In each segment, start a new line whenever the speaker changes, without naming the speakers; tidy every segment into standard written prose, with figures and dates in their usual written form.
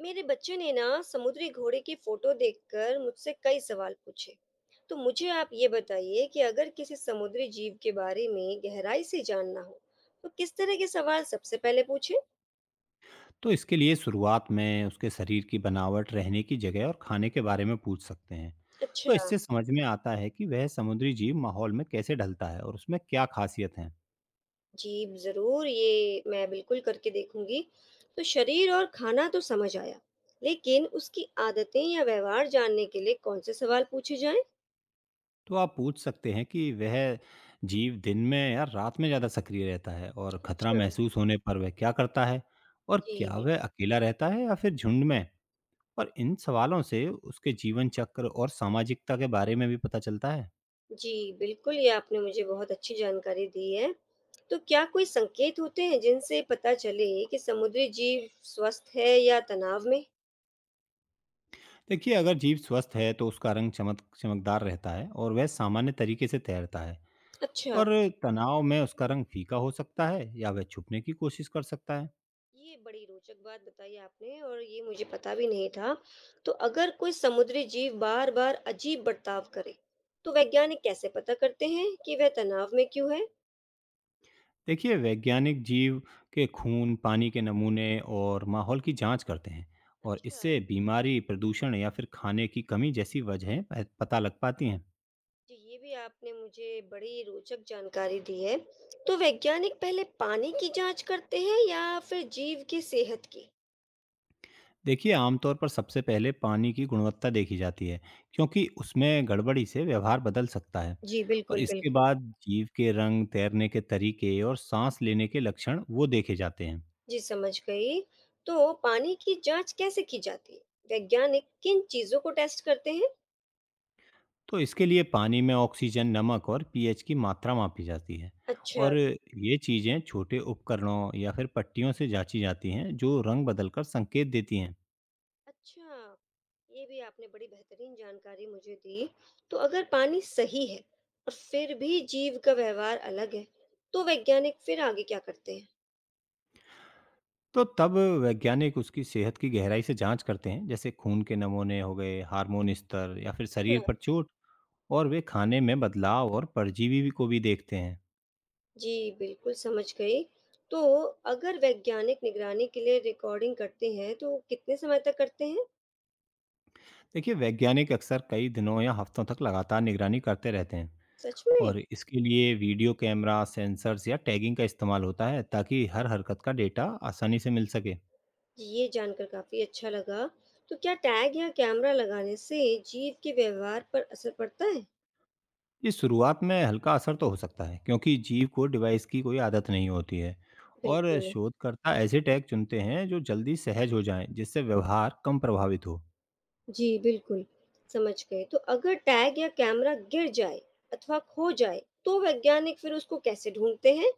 मेरे बच्चे ने ना समुद्री घोड़े की फोटो देखकर मुझसे कई सवाल पूछे। तो मुझे आप ये बताइए कि अगर किसी समुद्री जीव के बारे में गहराई से जानना हो तो किस तरह के सवाल सबसे पहले पूछे।
तो इसके लिए शुरुआत में उसके शरीर की बनावट, रहने की जगह और खाने के बारे में पूछ सकते हैं। तो
अच्छा।
इससे समझ में आता है कि वह समुद्री जीव माहौल में कैसे ढलता है और उसमें क्या खासियत है।
जी, जरूर ये मैं बिल्कुल करके देखूंगी। तो शरीर और खाना तो समझ आया, लेकिन उसकी आदतें या व्यवहार जानने के लिए कौन से सवाल पूछे जाएं।
तो आप पूछ सकते हैं कि वह जीव दिन में या रात में ज़्यादा सक्रिय रहता है और खतरा
अच्छा।
महसूस होने पर वह क्या करता है, और
जी
क्या वह
बिल्कुल।
अकेला रहता है या फिर झुंड में? और इन सवालों से उसके जीवन चक्र और सामाजिकता के बारे में भी पता चलता है।
जी, बिल्कुल, ये आपने मुझे बहुत अच्छी जानकारी दी है। तो क्या कोई संकेत होते हैं जिनसे पता चले कि समुद्री जीव स्वस्थ है या तनाव में?
देखिए, अगर जीभ स्वस्थ है तो उसका रंग चमकदार रहता है और वह सामान्य तरीके से तैरता है,
अच्छा।
और तनाव में उसका रंग फीका हो सकता है या वह छुपने की कोशिश कर सकता है।
ये बड़ी रोचक बात बताई आपने और ये मुझे पता भी नहीं था। तो अगर कोई समुद्री जीव बार-बार अजीब बर्ताव करे, तो वैज्ञानिक कैसे पता करते हैं कि वह तनाव में क्यों है?
देखिए, वैज्ञानिक जीव के खून, पानी के नमूने और माहौल की जांच करते हैं, और
अच्छा।
इससे बीमारी, प्रदूषण या फिर खाने की कमी जैसी वजहें पता लग पाती हैं।
जी, ये भी आपने मुझे बड़ी रोचक जानकारी दी है। तो वैज्ञानिक पहले पानी की जांच करते हैं या फिर जीव की सेहत की?
देखिए, आमतौर पर सबसे पहले पानी की गुणवत्ता देखी जाती है, क्योंकि उसमें गड़बड़ी से व्यवहार बदल सकता है।
जी
और
बिल्कुल
इसके
बिल्कुल
बाद जीव के रंग, तैरने के तरीके और साँस लेने के लक्षण वो देखे जाते हैं।
जी, समझ गई। तो पानी की जांच कैसे की जाती है? वैज्ञानिक किन चीजों को टेस्ट करते हैं?
तो इसके लिए पानी में ऑक्सीजन, नमक और पीएच की मात्रा मापी जाती है,
अच्छा।
और ये चीज़ें छोटे उपकरणों या फिर पट्टियों से जांची जाती हैं, जो रंग बदलकर संकेत देती हैं।
अच्छा, ये भी आपने बड़ी बेहतरीन जानकारी मुझे दी। तो अगर पानी सही है और फिर भी जीव का व्यवहार अलग है, तो वैज्ञानिक फिर आगे क्या करते हैं?
तो तब वैज्ञानिक उसकी सेहत की गहराई से जांच करते हैं, जैसे खून के नमूने हो गए, हार्मोन स्तर या फिर
अच्छा।
शरीर पर चोट। और वे खाने में बदलाव और परजीवी भी को भी देखते हैं।
जी, बिल्कुल समझ गई। तो अगर वैज्ञानिक निगरानी के लिए रिकॉर्डिंग करते हैं तो कितने समय तक करते हैं?
देखिए, वैज्ञानिक अक्सर कई दिनों या हफ्तों तक लगातार निगरानी करते रहते हैं,
सच में?
और इसके लिए वीडियो कैमरा, सेंसर्स या टैगिंग का इस्तेमाल होता है, ताकि हर हरकत का डेटा आसानी से मिल सके।
जी, ये जानकर काफ़ी अच्छा लगा। तो क्या टैग या कैमरा लगाने से जीव के व्यवहार पर असर पड़ता है?
इस शुरुआत में हल्का असर तो हो सकता है, क्योंकि जीव को डिवाइस की कोई आदत नहीं होती है। और
बिल्कुल।
शोधकर्ता ऐसे टैग चुनते हैं जो जल्दी सहज हो जाएं, जिससे व्यवहार कम प्रभावित हो।
जी, बिल्कुल, समझ गए। तो अगर टैग या कैमरा गिर जाए अथवा खो जाए तो वैज्ञानिक फिर उसको कैसे ढूँढते हैं?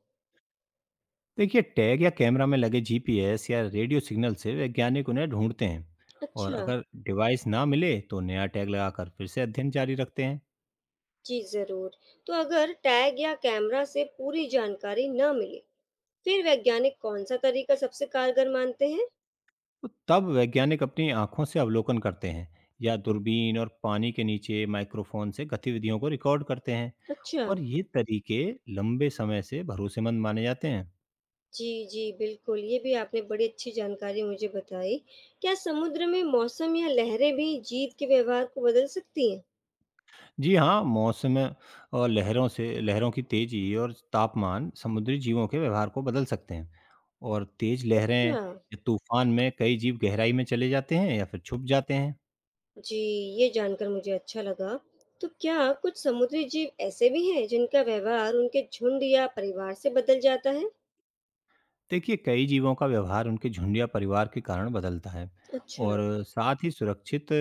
देखिए, टैग या कैमरा में लगे जीपीएस या रेडियो सिग्नल से वैज्ञानिक उन्हें ढूंढते हैं, और
अच्छा।
अगर डिवाइस ना मिले तो नया टैग लगाकर फिर से अध्ययन जारी रखते हैं।
जी ज़रूर। तो अगर टैग या कैमरा से पूरी जानकारी ना मिले फिर वैज्ञानिक कौन-सा तरीका सबसे कारगर मानते हैं?
तो तब वैज्ञानिक अपनी आंखों से अवलोकन करते हैं, या दूरबीन और पानी के नीचे माइक्रोफोन से गतिविधियों को रिकॉर्ड करते हैं।
अच्छा।
और ये तरीके लंबे समय से भरोसेमंद माने जाते हैं।
जी, जी, बिल्कुल, ये भी आपने बड़ी अच्छी जानकारी मुझे बताई। क्या समुद्र में मौसम या लहरें भी जीव के व्यवहार को बदल सकती हैं?
जी हाँ, मौसम और लहरों की तेज़ी और तापमान समुद्री जीवों के व्यवहार को बदल सकते हैं, और तेज़ लहरें
हाँ।
या तूफान में कई जीव गहराई में चले जाते हैं या फिर छुप जाते हैं।
जी, ये जानकर मुझे अच्छा लगा। तो क्या कुछ समुद्री जीव ऐसे भी हैं जिनका व्यवहार उनके झुंड या परिवार से बदल जाता है?
देखिए, कई जीवों का व्यवहार उनके झुंड या परिवार के कारण बदलता है,
अच्छा।
और साथ ही सुरक्षित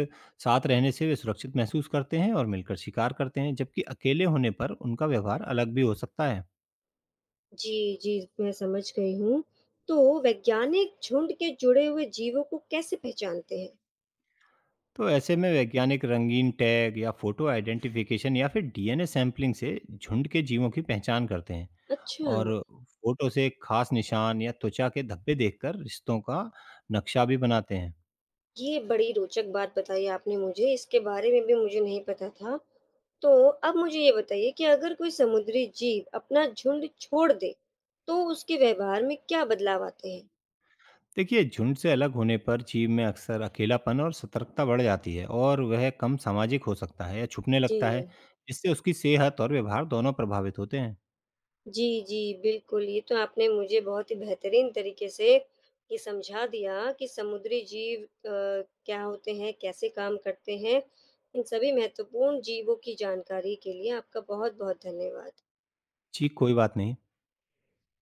साथ रहने से वे सुरक्षित महसूस करते हैं और मिलकर शिकार करते हैं, जबकि अकेले होने पर उनका व्यवहार अलग भी हो सकता है।
जी, जी, मैं समझ गई हूँ। तो वैज्ञानिक झुंड के जुड़े हुए जीवों को कैसे पहचानते हैं?
तो ऐसे में वैज्ञानिक रंगीन टैग या फोटो आइडेंटिफिकेशन या फिर डीएनए सैंपलिंग से झुंड के जीवों की पहचान करते हैं,
अच्छा।
और फोटो से खास निशान या त्वचा के धब्बे देखकर रिश्तों का नक्शा भी बनाते हैं।
ये बड़ी रोचक बात बताई आपने मुझे, इसके बारे में भी मुझे नहीं पता था। तो अब मुझे ये बताइए कि अगर कोई समुद्री जीव अपना झुंड छोड़ दे, तो उसके व्यवहार में क्या बदलाव आते हैं?
देखिए, झुंड से अलग होने पर जीव में अक्सर अकेलापन और सतर्कता बढ़ जाती है, और वह कम सामाजिक हो सकता है या छुपने
जी।
लगता है, जिससे उसकी सेहत और व्यवहार दोनों प्रभावित होते हैं।
जी, जी, बिल्कुल, ये तो आपने मुझे बहुत ही बेहतरीन तरीके से ये समझा दिया कि समुद्री जीव क्या होते हैं, कैसे काम करते हैं। इन सभी महत्वपूर्ण जीवों की जानकारी के लिए आपका बहुत-बहुत धन्यवाद।
जी, कोई बात नहीं।